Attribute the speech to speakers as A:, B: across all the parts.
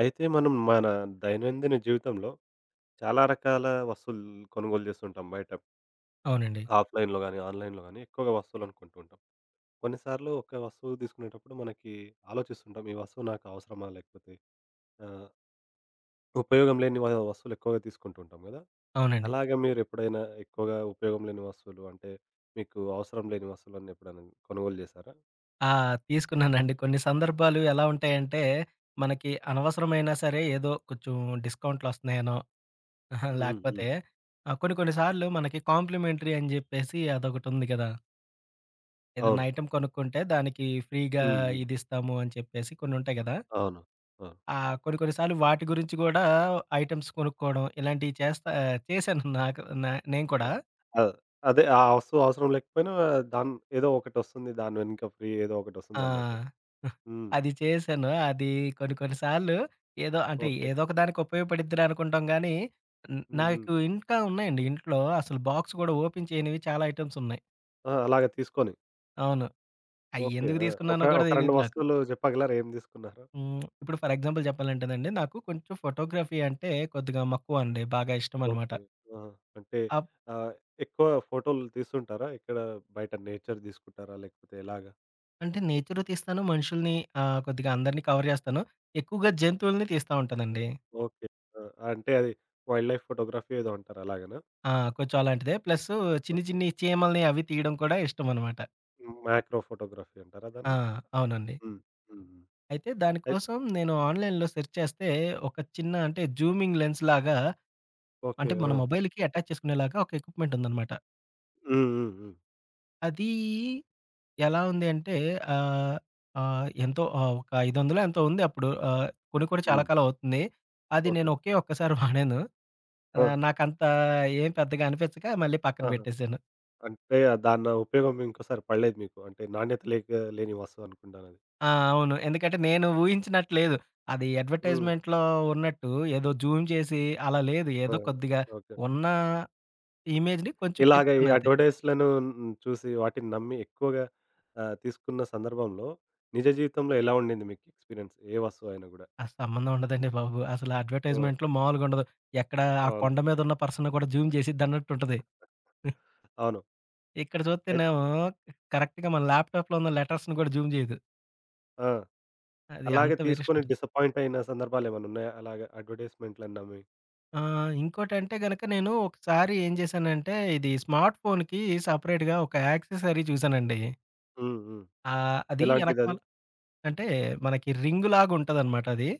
A: అయితే మనం మన దైనందిన జీవితంలో చాలా రకాల వస్తువులు కొనుగోలు చేస్తుంటాం బయట.
B: అవునండి.
A: ఆఫ్‌లైన్‌లో గాని, ఆన్‌లైన్‌లో గాని ఎక్కువగా వస్తువులను కొంటూ ఉంటాం. కొన్నిసార్లు ఒక వస్తువు తీసుకునేటప్పుడు మనకి ఆలోచిస్తుంటాం. ఈ వస్తువు నాకు అవసరమా? లేకపోతే ఆహ్, ఉపయోగం లేని వస్తువులు ఎక్కువగా తీసుకుంటూ ఉంటాం గదా!
B: అవునండి.
A: అలాగే మీరు ఎప్పుడైనా ఎక్కువగా ఉపయోగం లేని వస్తువులు అంటే మీకు అవసరం లేని వస్తువులను ఎప్పుడైనా కొనుగోలు చేశారా?
B: ఆ! తీసుకున్నానండి. కొన్ని సందర్భాలు ఎలా ఉంటాయంటే, మనకి అనవసరమైనా సరే ఏదో కొంచెం డిస్కౌంట్‌లొస్తున్నాయనో,
A: హ్మ్. హ్మ్.
B: లేకపోతే కొన్ని కొన్ని సార్లు మనకి కాంప్లిమెంటరీ అని జెప్పేసి అదొకటుంది గదా! ఏదన్నా
A: అవును.
B: ఐటెమ్ కొనుక్కుంటే దానికి ఫ్రీగా
A: హ్మ్. హ్మ్.
B: ఇదిస్తాము అని చెప్పేసి కొన్నుంటాయి గదా!
A: అవును. ఆ!
B: ఆ! కొన్ని కొన్ని సార్లు వాటి గురించి గూడా ఐటెమ్స్ కొనుక్కోవడం ఇలాంటివి చేశాను నాకు న నేను కూడా.
A: ఆ! అదే. ఆ వస్తువు అవసరం లేకపోయినా దాన్ ఏదో ఒకటొస్తుంది. దాని వెనుక ఫ్రీ ఏదో
B: ఆ!
A: ఒకటొస్తుందన్నట్టు. హ్మ్.
B: అది చేశాను. అది కొన్ని కొన్ని సార్లు
A: ఓకే.
B: ఏదో ఒక దానికి ఉపయోగపడిద్దిరా అనుకుంటాం గానీ,
A: హ్మ్. హ్మ్.
B: నాకు ఇంకా ఉన్నాయండి ఇంట్లో అసలు బాక్స్ గూడా ఓపెన్ చేయనివి చాలా ఐటెమ్స్ ఉన్నాయి.
A: ఆ! అలాగే తీసుకొని.
B: అవును. అయి
A: ఓకే.
B: ఎందుకు
A: ఆ! ఒక
B: తీసుకున్నానో గూడా
A: ఒక 2
B: తెలీదు నాకు.
A: వస్తువులు చెప్పగలరా ఏం తీసుకున్నారో?
B: హ్మ్. ఇప్పుడు ఫర్ ఎగ్జాంపుల్ చెప్పాలంటేనండి నాకు కొంచెం ఫోటోగ్రఫీ అంటే కొద్దిగా మక్కువ అండి. బాగా ఇష్టం అనమాట.
A: ఓకే. ఆహా! అంటే
B: అప్
A: ఆహ్, ఎక్కువ ఫోటోలు తీస్తుంటారా? ఇక్కడ బయట నేచర్ తీసుకుంటారా? లేకపోతే ఎలాగా?
B: అంటే నేచరు తీస్తాను, మనుషుల్ని కొద్దిగా అందరిని కవర్ జేస్తాను. ఎక్కువగా జంతువుల్ని తీస్తా ఉంటానండి.
A: ఓకే. ఆ! అంటే అది వైల్డ్ లైఫ్ ఫోటోగ్రఫీ ఏదో అంటారు అలాగనా?
B: ఆ! కొంచెం అలాంటిదే. ప్లస్సు చిన్ని,
A: ఓకే.
B: చిన్ని చీమల్ని అవి తీయడం కూడా ఇష్టమనమాట.
A: మ్యాక్రో ఫోటోగ్రఫీ అంటారా
B: ఆ!
A: దాన్ని?
B: అవునండి.
A: హ్మ్. హ్మ్. హ్మ్.
B: అయితే దాని
A: అయి
B: కోసం నేను ఆన్‌లైన్‌లో సెర్చ్ చేస్తే ఒక చిన్న అంటే జూమింగ్ లెన్స్ లాగా
A: ఓకే.
B: అంటే మన
A: ఆ!
B: మొబైల్‌కి అటాచ్ చేసుకునేలాగా ఒక ఎక్విప్‌మెంట్ ఉందనమాట.
A: హ్మ్. హ్మ్. హ్మ్.
B: అది ఎలా ఉంది అంటే ఆహ్, ఆహ్, ఎంతో ఒక 500 ఎంతో ఉంది అప్పుడు. కొని కూడా చాలా
A: హ్మ్.
B: కాలం అవుతుంది. అది నేను
A: ఓకే.
B: ఒకే ఒక్కసారి వాడాను.
A: ఆ!
B: నాకంత ఏం పెద్దగా అనిపించక మళ్ళీ పక్కన
A: ఆహా!
B: పెట్టేసాను.
A: అంటే దాన్న ఉపయోగం ఇంకోసారి పడలేదు మీకు. అంటే నాణ్యత లేక లేని వస్తువు అనుకుంటానది.
B: ఆ! అవును. ఎందుకంటే నేను ఊహించినట్టు లేదు. అది
A: హ్మ్.
B: అడ్వర్‌టైజ్‌మెంట్‌లో ఉన్నట్టు ఏదో జూమ్ చేసి అలా లేదు.
A: ఆ!
B: ఏదో కొద్దిగా
A: ఓకే.
B: ఉన్న ఇమేజ్‌ని కొంచెం
A: ఇలాగ ఈ
B: పెంచుతుందంతే.
A: అడ్వర్టైజ్‌లను హ్మ్, చూసి వాటిని నమ్మి ఎక్కువగా తీసుకున్న సందర్భంలో నిజ జీవితంలో ఎలా ఉండింది మీకు ఎక్స్‌పీరియన్స్? ఏ వస్తువైనా గూడా?
B: ఆ సంబంధం ఉండదండి బాబు. అసలు
A: హ్మ్.
B: అడ్వర్‌టైజ్‌మెంట్‌లో మామూలుగా ఉండదు. ఎక్కడ ఆ
A: అవును.
B: కొండ మీద ఉన్న పర్సన్‌ని కూడా జూమ్ చేసిద్దన్నట్టు ఉంటది.
A: అవును.
B: ఇక్కడ
A: అయిత్
B: చూస్తేనేమో కరెక్ట్‌గా మన ల్యాప్‌టాప్‌లో ఉన్న లెటర్స్‌ని కూడా జూమ్ చేయదు.
A: ఆ!
B: అది
A: అలాగే
B: అంత వేరియేషన్
A: తీసుకొని
B: ఉంటది.
A: డిసప్పాయింట్ అయిన సందర్భాలేమన్నున్నాయా? అలాగా అడ్వర్టైజ్‌మెంట్‌లని నమ్మి?
B: ఇంకోటంటే గనక నేను ఒకసారి ఏం చేశానంటే ఇది స్మార్ట్ ఫోన్‌కి సెపరేట్‌గా ఒక యాక్సెసరీ చూసానండి.
A: హ్మ్. హ్మ్.
B: ఆహ్, అది ఎనకమాల
A: ఎలాంటిదది?
B: అంటే మనకి రింగ్ లాగా ఉంటదనమాట అది.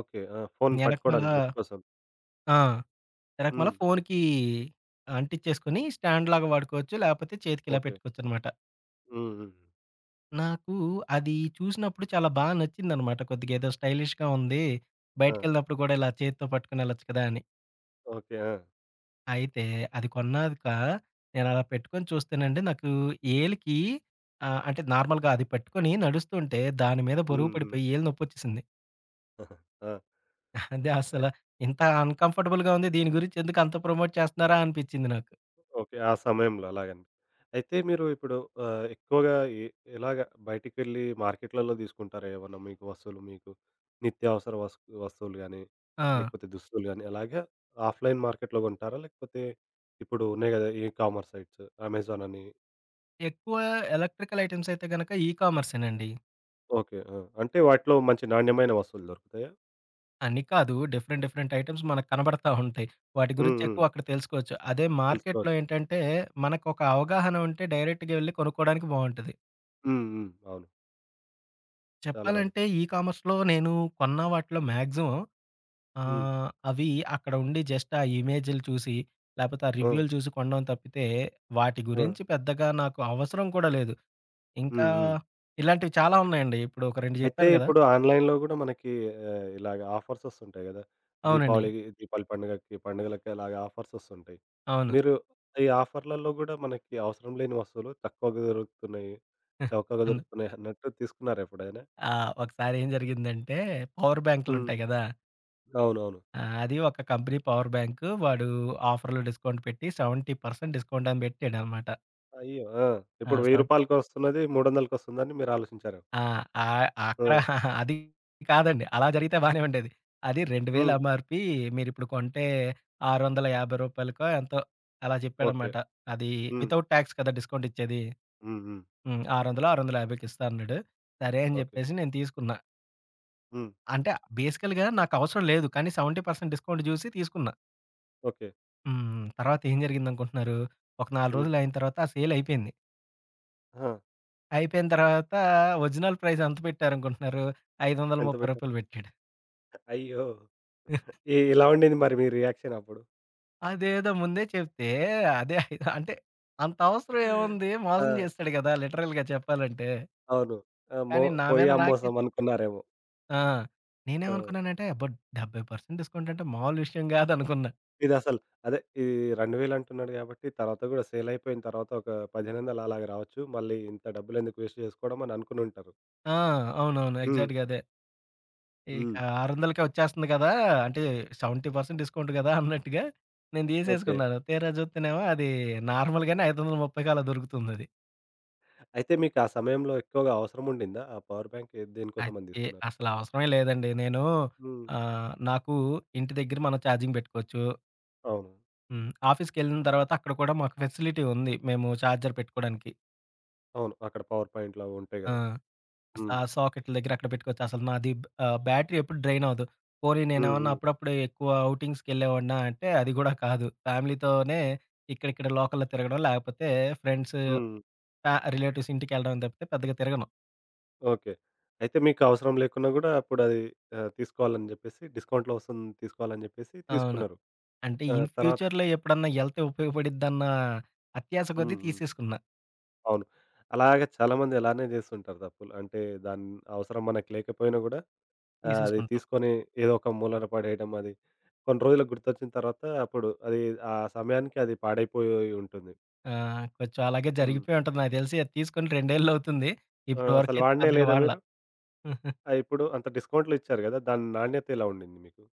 A: ఓకే. ఆ! ఫోన్
B: ఎనకమాల
A: పట్టుకోవడానికి గ్రిప్ కోసం.
B: ఆ! ఎనకమాల
A: హ్మ్.
B: ఫోన్‌కి అంటించేసుకొని స్టాండ్ లాగా వాడుకోవచ్చు. లేపోతే చేతికి ఇలా
A: ఓకే.
B: పెట్టుకోవచ్చనమాట.
A: హ్మ్. హ్మ్.
B: నాకు అది చూసినప్పుడు చాలా బా నచ్చిందనమాట. కొద్దిగా ఏదో స్టైలిష్‌గా ఉంది.
A: ఆ!
B: బయటికెళ్ళినప్పుడు కూడా ఇలా చేత్తో పట్టుకొని ఎళ్ళొచ్చు కదా! అని.
A: ఓకే. ఆ!
B: అయితే అది కొన్నాక నేను అలా పెట్టుకొని చూస్తేనండి నాకు ఏలికి ఆహ్, అంటే నార్మల్‌గా అది పట్టుకొని నడుస్తుంటే దాని మీద బరువు
A: హ్మ్. హ్మ్.
B: పడిపోయి ఏలు నొప్పొచ్చేసింది.
A: ఆ!
B: అదే
A: ఎ
B: అసల ఇంత అన్‌కంఫర్టబుల్‌గా ఉంది. దీని గురించి ఎందుకు అంత ప్రమోట్ చేస్తున్నారా అనిపించింది నాకు.
A: ఓకే. ఆ సమయంలో అలాగని అయితే మీరు ఇప్పుడు ఎక్కువగా ఎ ఎలాగ బయటికెళ్ళి మార్కెట్‌లలో తీసుకుంటారా ఏమన్నా మీకు వస్తువులు మీకు నిత్యావసర వస్తువులు గానీ,
B: ఆ!
A: లేకపోతే దుస్తులు గానీ అలాగా ఆఫ్‌లైన్ మార్కెట్‌లో కొంటారా? లేకపోతే ఇప్పుడు ఉన్నాయి గదా! ఈ కామర్స్ సైట్స్ అమెజాన్ అని
B: ఎక్కువ ఎలక్ట్రికల్ ఐటెమ్స్ అయితే గనక ఈ కామర్సేనండి.
A: ఓకే. ఆ! అంటే వాటిలో మంచి నాణ్యమైన వస్తువులు దొరుకుతాయా?
B: అని కాదు డిఫరెంట్ డిఫరెంట్ ఐటెమ్స్ మనకు కనబడతా ఉంటాయి. వాటి
A: హ్మ్.
B: గురించి
A: హ్మ్.
B: ఎక్కువ అక్కడ తెలుసుకోవచ్చు. అదే మార్కెట్‌లో
A: తెలుసుకోవచ్చు.
B: ఏంటంటే మనకొక అవగాహన ఉంటే డైరెక్ట్‌గా వెళ్లి కొనుక్కోవడానికి బావుంటది.
A: హ్మ్. హ్మ్. అవును. చాలా బా
B: చెప్పాలంటే
A: చెప్పారు.
B: ఈ కామర్స్‌లో నేను కొన్న వాటిలో మాక్సిమం
A: హ్మ్.
B: అవి అక్కడ ఉండి జస్ట్ ఆ ఇమేజ్‌లు చూసి, లేపోతే ఆ
A: ఆ!
B: రివ్యూలు చూసి కొనడం తప్పితే వాటి
A: ఆ!
B: గురించి పెద్దగా నాకు అవసరం కూడా లేదు. ఇంకా
A: హ్మ్. హ్మ్.
B: ఇలాంటివి చాలా ఉన్నాయండి. ఇప్పుడు ఒక 2
A: అయితే
B: జెప్పాను గదా!
A: ఇప్పుడు ఆన్‌లైన్‌లో గూడా మనకి ఇలాగ ఆఫర్స్ ఒస్తుంటాయి గదా!
B: అవునండి.
A: దీపావళికి, దీపావళి పండుగకి, పండుగలకి అలాగ ఆఫర్స్ ఒస్తుంటాయి.
B: అవును.
A: మీరు ఈ ఆఫర్‌లలో గూడా మనకి అవసరం లేని వస్తువులు తక్కువగా దొరుకుతున్నాయి, చౌకగా
B: అవును.
A: దొరుకుతున్నాయి అన్నట్టు తీసుకున్నారా ఎప్పుడైనా?
B: ఆ! ఒకసారి ఏం జరిగిందంటే పవర్
A: హ్మ్.
B: బ్యాంకులుంటాయి గదా!
A: అవునవును.
B: అది ఒక కంపెనీ పవర్ బ్యాంకు వాడు ఆఫర్‌లో డిస్కౌంట్ పెట్టి 70% డిస్కౌంట్ అని బెట్టాడనమాట.
A: అయ్యో! ఆ!
B: ఆ!
A: ఇప్పుడు రూ.
B: సెవెన్
A: 1000కి ఒస్తున్నది రూ. 300కి ఒస్తుందని మీరు ఆలోచించారా?
B: ఆ! ఆహ్,
A: ఆ!
B: అక్కడ అది కాదండి. అలా జరిగితే బానే ఉండేది. అది 2000
A: హ్మ్.
B: ఎంఆర్‌పీ. మీరిప్పుడు కొంటే రూ. 650కో ఎంతో అలా
A: ఓకే.
B: జెప్పాడనమాట. అది
A: హ్మ్.
B: వితౌట్ టాక్స్ కదా డిస్కౌంట్ ఇచ్చేది.
A: హ్మ్. హ్మ్.
B: హ్మ్. 600, 650కి ఇస్తా అన్నాడు. సరే అని
A: ఓకే.
B: జెప్పేసి నేను తీసుకున్నా.
A: హ్మ్.
B: అంటే బేసికల్‌గా నాకవసరం లేదు. కానీ 70% డిస్కౌంట్ జూసి తీసుకున్నా.
A: ఓకే.
B: హ్మ్. తర్వాత ఏం జరిగిందనుకుంటున్నారు? ఒక 4
A: హ్మ్.
B: రోజులు అయిన తర్వాత ఆ సేల్ అయిపోయింది.
A: ఆ!
B: అయిపోయిన తర్వాత ఒరిజినల్ ప్రైస్ ఎంత పెట్టారనుకుంటున్నారు? రూ.
A: ఎంత
B: 530
A: పెట్టారు?
B: పెట్టాడు.
A: అయ్యో! ఎలా ఉండింది మరి మీ రియాక్షన్ అప్పుడు?
B: అదేదో ముందే చెప్తే అదే ఐదు అంటే అంత అవసరం ఏముంది?
A: ఆ!
B: మోసం చేస్తాడు గదా! లిటరల్‌గా చెప్పాలంటే.
A: అవును. ఆ!
B: కానీ నా
A: పోయి
B: మీద నాకే,
A: అమ్మోసాం అనుకున్నారేమో.
B: ఆ!
A: ఆ!
B: నేనేమనుకున్నానంటే అబ్బా! 70% డిస్కౌంట్ అంటే మామూలు విషయం గాదనుకున్నా.
A: ఇదసలు అదే ఈ 2000 అంటున్నాడు గాబట్టి, తర్వాత గూడా సేల్ అయిపోయిన తర్వాత ఒక 10,800 అలాగ రావచ్చు. మళ్ళీ ఇంత డబ్బులెందుకు వేస్ట్ జేసుకోవడం అని అనుకునుంటారు.
B: ఆ! అవునవును.
A: హ్మ్.
B: ఎగ్జాక్ట్‌గా అదే. ఇక
A: హ్మ్.
B: 600కే వచ్చేస్తుంది కదా! అంటే 70% డిస్కౌంట్ కదా! అన్నట్టుగా నేను
A: ఓకే.
B: తీసేసుకున్నాను. తీరా చూత్తేనేమో అది నార్మల్‌గానే 530కి అలా దొరుకుతుందది.
A: అయితే మీకు ఆ సమయంలో ఎక్కువగా అవసరం ఉండిందా? ఆ పవర్ బ్యాంక్ దేనికోసమని
B: అయితే
A: తీసుకున్నారు?
B: అసలు అవసరమే లేదండి.
A: హ్మ్.
B: నాకు ఇంటి దగ్గర మనం ఛార్జింగ్ పెట్టుకోవచ్చు.
A: అవును.
B: హ్మ్. ఆఫీస్‌కెళ్ళిన తర్వాత అక్కడ కూడా మాకు ఫెసిలిటీ ఉంది. మేము ఛార్జర్ పెట్టుకోవడానికి.
A: అవును. అక్కడ పవర్ పాయింట్‌లవి ఉంటాయి
B: ఆ!
A: గదా! హ్మ్.
B: ఆ సాకెట్ల దగ్గర అక్కడ పెట్టుకోవచ్చు. బ్యాటరీ ఎప్పుడు డ్రైన్ అవ్వదు. పోనీ
A: హ్మ్.
B: నేనేమన్నా
A: హ్మ్.
B: అప్పుడప్పుడు ఎక్కువ ఔటింగ్స్‌కెళ్ళేవాడినా అంటే అది గూడా కాదు. ఫ్యామిలీతోనే ఇక్కడిక్కడ లోకల్‌లో తిరగడం, లేకపోతే ఫ్రెండ్స్,
A: హ్మ్.
B: రిలేటివ్స్ ఇంటికెళ్ళడం తప్పితే పెద్దగా తిరగను.
A: ఓకే. అయితే మీకు అవసరం లేకున్నా గూడా అప్పుడది తీసుకోవాలని జెప్పేసి డిస్కౌంట్‌లో వస్తుంది తీసుకోవాలని జెప్పేసి
B: అవును.
A: తీసుకున్నారు.
B: అంటే
A: ఆ!
B: ఇన్
A: తర్వాత
B: ఫ్యూచర్‌లో ఎప్పుడన్నా ఎళ్తే ఉపయోగపడిద్దన్న అత్యాస కొద్దీ
A: హ్మ్. హ్మ్.
B: తీసేసుకున్నా.
A: అవును. అలాగే చాలామంది అలానే జేస్తుంటారు తప్పులు. అంటే దాని అవసరం మనకు లేకపోయినా గూడా అది
B: తీసేసుకుంటాం.
A: తీసుకొని ఏదో ఒక మూలన పడేయడం అది. కొన్ని రోజులకు గుర్తొచ్చిన తర్వాత అప్పుడు అది ఆ సమయానికి అది పాడైపోయి ఉంటుంది.
B: ఆ! కొంచెం అలాగే
A: హ్మ్.
B: జరిగిపోయి ఉంటది నాకు తెలిసి. అది తీసుకొని రెండేళ్లవుతుంది.
A: ఆ!
B: ఇప్పటి
A: అసలు
B: వరకైతే
A: వాడనే
B: పెద్దగా
A: లేదా
B: వాడలా.
A: మీరు? ఆ! ఇప్పుడు అంత డిస్కౌంట్‌లో ఇచ్చారు గదా! దాని నాణ్యత ఎలా ఉండింది మీకు?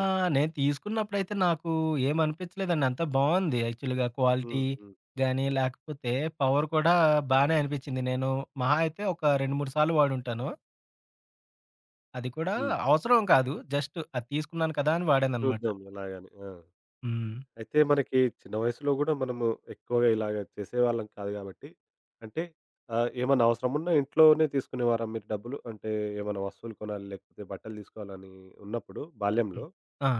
B: ఆ! నేను తీసుకున్నప్పుడైతే నాకు ఏమనిపించలేదండి. అంతా బావుంది యాక్చువల్‌గా క్వాలిటీ
A: హ్మ్. హ్మ్.
B: గాని, లేకపోతే పవర్ కూడా బానే అనిపించింది. నేను మహా అయితే ఒక 2, 3 సార్లు వాడుంటాను. అది కూడా
A: హ్మ్.
B: అవసరం కాదు. జస్ట్ అది తీసుకున్నాను కదా! అని వాడాననమాట.
A: చూద్దాం ఎలాగని. ఆ!
B: హ్మ్.
A: అయితే మనకి చిన్న వయసులో గూడా మనము ఎక్కువగా ఇలాగ చేసేవాళ్ళం కాదు గాబట్టి, అంటే ఏమన్నా అవసరమున్నా ఇంట్లోనే తీసుకునేవారా మీరు డబ్బులు? అంటే ఏమన్నా వస్తువులు కొనాలి, లేకపోతే బట్టలు తీసుకోవాలని ఉన్నప్పుడు బాల్యంలో,
B: హ్మ్. ఆ!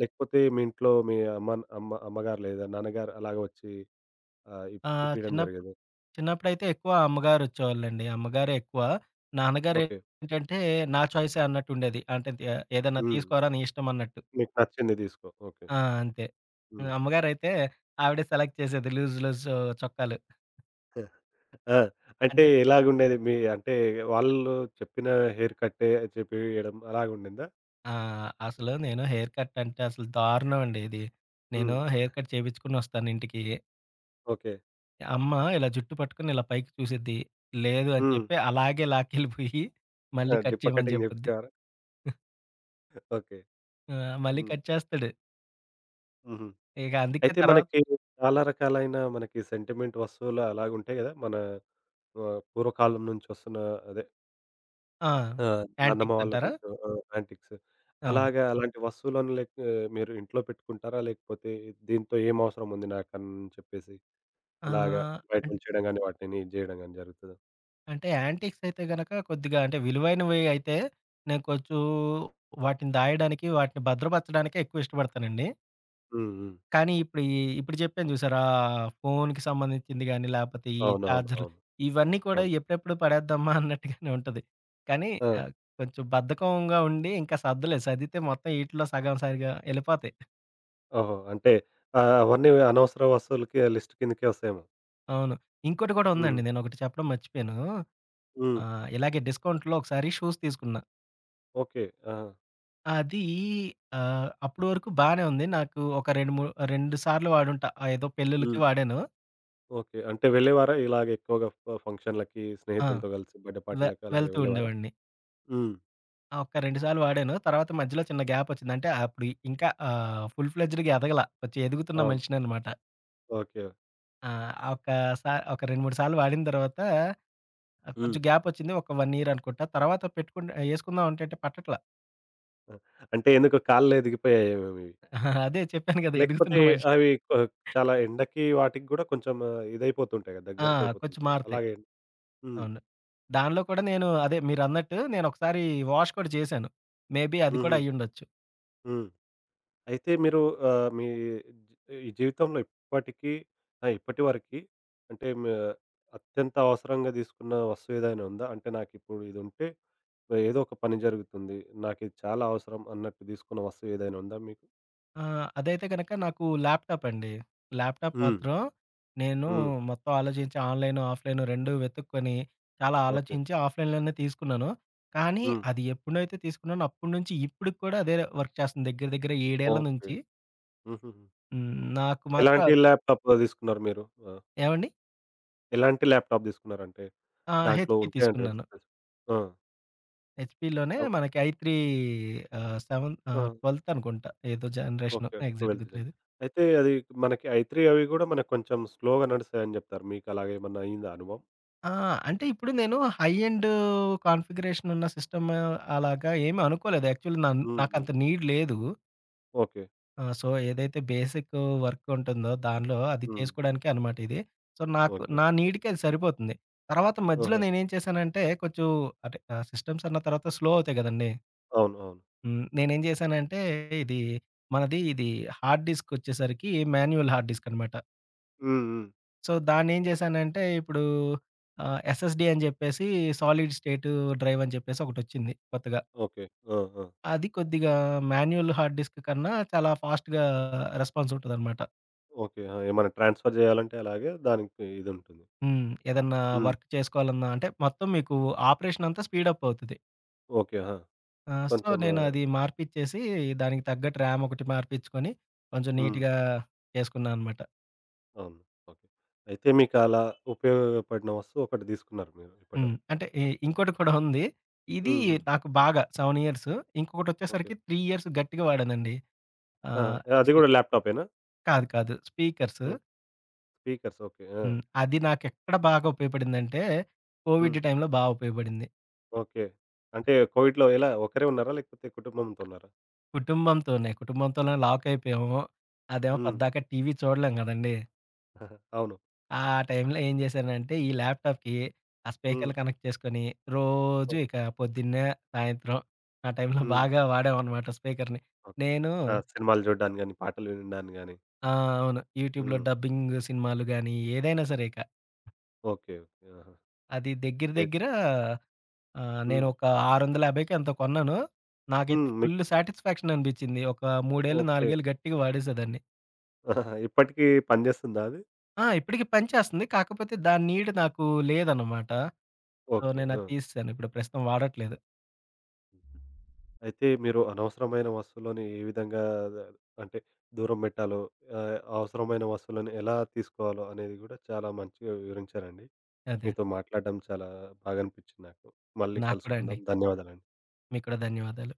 A: లేకపోతే మీ ఇంట్లో మీ అమ్మ అమ్మ అమ్మగారు లేదా నాన్నగారు అలాగ వచ్చి ఇప్పియడం
B: చిన్నప్పుడు
A: జరిగేదా?
B: ఎక్కువ అమ్మగారొచ్చేవాళ్ళండి. అమ్మగారే ఎక్కువ.
A: ఓకే.
B: నాన్నగారేంటంటే, నా చాయిసే అన్నట్టుండేది. అంటే తే ఏదన్నా
A: హ్మ్.
B: తీసుకోరా నీ ఇష్టం అన్నట్టు.
A: నీకు నచ్చింది తీసుకో. ఓకే.
B: ఆ! అంతే. హ్మ్.
A: హ్మ్.
B: అమ్మగారైతే ఆవిడే సెలెక్ట్ చేసేది లూజ్ లూజ్ చొక్కాలు.
A: ఆ! అంటే
B: అంటే
A: ఎలాగుండేది? మీ అంటే వాళ్ళు చెప్పిన హెయిర్ కట్టే చెప్పియడం అలాగుండిందా?
B: ఆ! అసలు నేను హెయిర్ కట్ అంటే అసలు దారుణం అండి ఇది. నేను
A: హ్మ్.
B: హెయిర్ కట్ చేపించుకొనొస్తాను ఇంటికి.
A: ఓకే.
B: అమ్మ ఇలా జుట్టు పట్టుకొని ఇలా పైకి చూసిద్ది. లేదు అని
A: హ్మ్.
B: చెప్పి అలాగే లాక్కెళ్ళిపోయి మళ్ళీ
A: ఆ!
B: కట్
A: డిప్ప
B: చేయమని
A: కటింగ్
B: చెప్పుద్ది.
A: చేపిచ్చేవారా? ఓకే.
B: ఆ! మళ్ళీ
A: హ్మ్.
B: కట్ చేస్తాడు.
A: హుహు.
B: ఇక అందుకే
A: అయితే
B: తర్వాత
A: మనకి చాలా రకాలైన మనకి సెంటిమెంట్ వస్తువులు అలాగుంటాయి గదా! మన పూర్వకాలం నుంచి వస్తున్న అదే
B: ఆ!
A: ఆ! నాన్నమ్మ
B: యాంటిక్స్
A: వాళ్ళ
B: అంటారా?
A: నుంచి ఆ! యాంటిక్స్.
B: అవును.
A: అలాగా అలాంటి వస్తువులను లైక్ మీరు ఇంట్లో పెట్టుకుంటారా? లేకపోతే దీంతో ఏం అవసరం ఉంది నాకని చెప్పేసి అలాగా
B: ఆహ్,
A: బయట
B: అంటే
A: ఉంచేయడం గానీ, వాటిని ఇది జేయడం గానీ జరుగుతదా?
B: అంటే యాంటిక్స్ అయితే గనక కొద్దిగా అంటే విలువైనవి అయితే, నేను కొంచెం వాటిని దాయడానికి, వాటిని భద్రపరచడానికే ఎక్కువ ఇష్టపడతానండి.
A: హ్మ్. హ్మ్.
B: కానీ ఇప్పుడు చెప్పాను చూసారా? ఫోన్‌కి సంబంధించింది గాని, లేపోతే ఈ
A: అవునవును.
B: చార్జర్లు
A: అవును.
B: ఇవన్నీ కూడా
A: అవును.
B: ఎప్పుడెప్పుడు పడేద్దామా అన్నట్టుగానే ఉంటది. కానీ
A: ఆ!
B: ఆహ్, కొంచెం బద్ధకంగా ఉండి ఇంకా సర్దలేదు. సర్దితే మొత్తం ఈటిలో సగం సరిగా ఎళ్ళిపోతాయి.
A: ఓహో! అంటే అవన్నీ అనవసర వస్తువులకి లిస్ట్ కిందకే వస్తాయేమో.
B: అవును. ఇంకోటి కూడా ఉందండి.
A: హ్మ్.
B: నేనొకటి చెప్పడం మర్చిపోయాను.
A: హ్మ్.
B: ఇలాగే డిస్కౌంట్‌లో ఒకసారి షూస్ తీసుకున్నా.
A: ఓకే. ఆహా!
B: అది అప్పటి వరకు బానే ఉంది. నాకు ఒక 2, 3 2 సార్లు వాడుంటా. ఆ! ఏదో పెళ్ళిళ్ళకి
A: హ్మ్.
B: వాడాను.
A: ఓకే. అంటే వెళ్ళేవారా ఇలాగ ఎక్కువగా ఫంక్షన్‌లకి
B: ఆ!
A: స్నేహితులతో కలిసి బర్త్‌డే
B: వె
A: పార్టీలకి అలాగ
B: వెళ్తూ
A: వెళ్ళేవారా?
B: ఉండేవాడిని.
A: హ్మ్.
B: ఆ! ఒక 2 సార్లు వాడాను. తర్వాత మధ్యలో చిన్న గ్యాపొచ్చింది. అంటే అప్పుడు ఫుల్ ఫ్లెడ్జ్డ్‌గా ఎదగల. కొంచెం ఎదుగుతున్న
A: అవును.
B: మనిషిననమాట.
A: ఓకే.
B: ఆ! ఒక సా ఒక 2, 3 సార్లు వాడిన తర్వాత
A: హ్మ్.
B: కొంచెం గ్యాపొచ్చింది. ఒక 1 ఇయర్ అనుకుంటా. తర్వాత ఏసుకుందాం అంటే అంటే పట్టట్ల.
A: ఆ! అంటే ఎందుకు కాళ్ళు ఎదిగిపోయాయేమో మీవి?
B: అదే చెప్పాను కదా! ఎదుగుతున్న
A: లేకపోతే
B: మనిషి.
A: అవి కొ చాలా ఎండకి వాటికి గూడా కొంచెం ఇదైపోతుంటాయి కదా!
B: ఆ! కొంచెం
A: దగ్గరకైపోతుంటాయి.
B: మారుతాయి.
A: అలాగే హ్మ్.
B: అవును. దానిలో కూడా నేను అదే మీరన్నట్టు నేనొకసారి వాష్ కూడా చేశాను. మేబీ అది కూడా
A: హుహు.
B: అయ్యుండొచ్చు.
A: హ్మ్. అయితే మీరు ఆహ్, మీ జీ- ఈ జీవితంలో ఇప్పటికీ ఆ! ఇప్పటి వరకి అంటే అత్యంత అవసరంగా తీసుకున్న వస్తువు ఏదైనా ఉందా? అంటే నాకిప్పుడు ఇదుంటే ఏదో ఒక పని జరుగుతుంది. నాకిది చాలా అవసరం అన్నట్టు తీసుకున్న వస్తువు ఏదైనా ఉందా మీకు?
B: అదైతే గనక నాకు ల్యాప్‌టాప్ అండి. ల్యాప్‌టాప్
A: హ్మ్.
B: మాత్రం నేను
A: హ్మ్.
B: మొత్తం ఆలోచించి ఆన్‌లైన్, ఆఫ్‌లైన్ 2 వెతుక్కొని చాలా
A: ఓకే.
B: ఆలోచించి ఆఫ్‌లైన్‌లోనే తీసుకున్నాను. కానీ
A: హ్మ్.
B: అది ఎప్పుడైతే తీసుకున్నానో అప్పటినుంచి ఇప్పటికి కూడా అదే వర్క్ చేస్తుంది. దగ్గర దగ్గర 7 ఏళ్ల
A: ఓకే.
B: నుంచి.
A: హుహుహు.
B: హ్మ్. నాకు మాత్రం
A: ఎలాంటి ల్యాప్‌టాప్ తీసుకున్నారు మీరు? ఆ!
B: ఏవండి?
A: ఎలాంటి ల్యాప్‌టాప్ తీసుకున్నారంటే
B: ఆ!
A: దాంట్లో
B: హెచ్‌పీ
A: ఉంటాయంట కదా!
B: తీసుకున్నాను.
A: స్పెసిఫి ఆ!
B: హెచ్‌పీలోనే
A: అవ్
B: మనకి ఐ త్రీ సెవెన్
A: ఆ!
B: 12th అనుకుంటా. ఏదో జనరేషను
A: ఓకే.
B: Exact
A: 12 design.
B: గుర్తులేదు.
A: అయితే అది మనకి ఐ3 అవి గూడా మనకు కొంచెం స్లోగా నడుస్తాయని జెప్తారు. మీకలాగ ఏమన్నా అయిందా అనుభవం?
B: ఆ! అంటే ఇప్పుడు నేను హై ఎండ్ కాన్ఫిగరేషన్ ఉన్న సిస్టమ్ అలాగా ఏమి అనుకోలేదు. Actually
A: hmm. హ్మ్.
B: నాకంత నీడ్ లేదు.
A: ఓకే.
B: సో, ఏదైతే బేసిక్ వర్క్ ఉంటుందో దానిలో అది
A: హ్మ్.
B: చేసుకోవడానికే అనమాట ఇది. సో, నాకు
A: ఓకే.
B: నా నీడ్‌కి అది సరిపోతుంది. తర్వాత మధ్యలో
A: ఆహా!
B: నేనేం చేశానంటే కొంచెం సిస్టమ్స్ అన్న తర్వాత స్లో అవుతాయి గదండీ!
A: అవును. అవును.
B: హ్మ్. నేనేం జేశానంటే, ఇది మనది ఇది హార్డ్ డిస్కొచ్చేసరికి మాన్యువల్ హార్డ్ డిస్క్ అనమాట.
A: హ్మ్. హ్మ్.
B: సో, దాన్నేం జేశానంటే, ఇప్పుడు ఎస్ఎస్‌డీ అని జెప్పేసి సాలిడ్ స్టేట్ డ్రైవ్ అని జెప్పేసి ఒకటొచ్చింది కొత్తగా.
A: ఓకే. ఆ! ఆ!
B: అది కొద్దిగా మాన్యువల్ హార్డ్ డిస్క్ కన్నా చాలా ఫాస్ట్‌గా రెస్పాన్స్ ఉంటదనమాట.
A: ఓకే. ఆ! ఏమన్నా ట్రాన్స్‌ఫర్ జేయాలంటే అలాగే దానికి ఇదుంటుంది.
B: హ్మ్. ఏదన్నా
A: హ్మ్.
B: వర్క్ చేసుకోవాలన్నా అంటే, మొత్తం మీకు ఆపరేషన్ అంతా స్పీడప్ అవుతది.
A: ఓకే. ఆ!
B: సో,
A: కొంచెం
B: నేను అది మార్పిచ్చేసి దానికి తగ్గట్టు ర్యామ్ ఒకటి మార్పిచ్చుకొని, కొంచెం
A: హ్మ్.
B: నీట్‌గా చేసుకున్నా అనమాట.
A: అవును. ఓకే. అయితే మీకలా ఉపయోగపడిన వస్తువు ఒకటి తీసుకున్నారు మీరు
B: హ్మ్.
A: ఇప్పటివరకు.
B: అంటే ఇంకోటి కూడా ఉంది. ఇది
A: హ్మ్. హ్మ్.
B: నాకు బాగా 7 ఇయర్స్.
A: ఓకే.
B: ఇంకొకటొచ్చేసరికి 3 ఇయర్స్ గట్టిగా వాడానండి.
A: ఆ!
B: ఆహ్,
A: అది
B: అసలు
A: గూడా ల్యాప్‌టాపేనా?
B: కాదు, కాదు. స్పీకర్స్.
A: హ్మ్. Speakers okay. ఆ!
B: హ్మ్. అది నాకెక్కడ బాగా ఉపయోగపడిందంటే, కోవిడ్
A: హ్మ్.
B: టైంలో బా ఉపయోగపడింది.
A: ఓకే. అంటే కోవిడ్‌లో ఎలా ఒకరే ఉన్నారా? లేకపోతే కుటుంబంతో ఉన్నారా?
B: కుటుంబంతోనే, కుటుంబంతోనే లాక్ అయిపోయాము. అదేమో
A: హ్మ్.
B: పద్దాక టీవీ చూడలేం గదండీ!
A: అవును.
B: ఆ టైంలో ఏం జేశానంటే, ఈ ల్యాప్‌టాప్‌కి ఆ
A: హ్మ్.
B: స్పీకర్లు కనెక్ట్ చేసుకొని, రోజు
A: ఓహ్!
B: ఇక పొద్దున్నే, సాయంత్రం ఆ టైంలో
A: హ్మ్.
B: బాగా వాడామనమాట స్పీకర్‌ని.
A: ఓకే.
B: నేను
A: ఆ! సినిమాలు చూడ్డానికి గాని, పాటలు వినడానికి గాని.
B: ఆ! అవును. యూట్యూబ్‌లో
A: హ్మ్.
B: డబ్బింగ్ సినిమాలు గాని, ఏదైనా సరే ఇక.
A: ఓకే. ఓకే. ఆహా!
B: అది దగ్గర
A: అయి
B: దగ్గర ఆహ్,
A: హ్మ్.
B: నేనొక 650కో ఎంతో కొన్నాను. నాకైతే
A: హ్మ్. మీకు
B: ఫుల్ సాటిస్ఫాక్షన్ అనిపిచ్చింది. ఒక 3 ఏళ్ళు,
A: ఓకే.
B: 4 ఏళ్ళు గట్టిగా వాడేసేదాన్ని.
A: ఆహా, ఇప్పటికీ పనిచేస్తుందా అది?
B: ఆ! ఇప్పటికి పనిచేస్తుంది. కాకపోతే దాని నీడ్ నాకు లేదనమాట. So,
A: okay.
B: నేనది
A: ఆ!
B: తీసేసాను. ఇప్పుడు ప్రస్తుతం వాడట్లేదు.
A: ఉమ్. అయితే మీరు అనవసరమైన వస్తువులని ఏ విధంగా ద- అంటే దూరం పెట్టాలో, అవసరమైన వస్తువులను ఎలా తీసుకోవాలో అనేది గూడా చాలా మంచిగా వివరించారండి.
B: అదే.
A: మీతో మాట్లాడడం చాలా బాగా అనిపించింది నాకు. మళ్ళీ
B: నాకు కూడా
A: కలుసుకుందాం.
B: అండి.
A: ధన్యవాదాలండి.
B: మీకు కూడా ధన్యవాదాలు.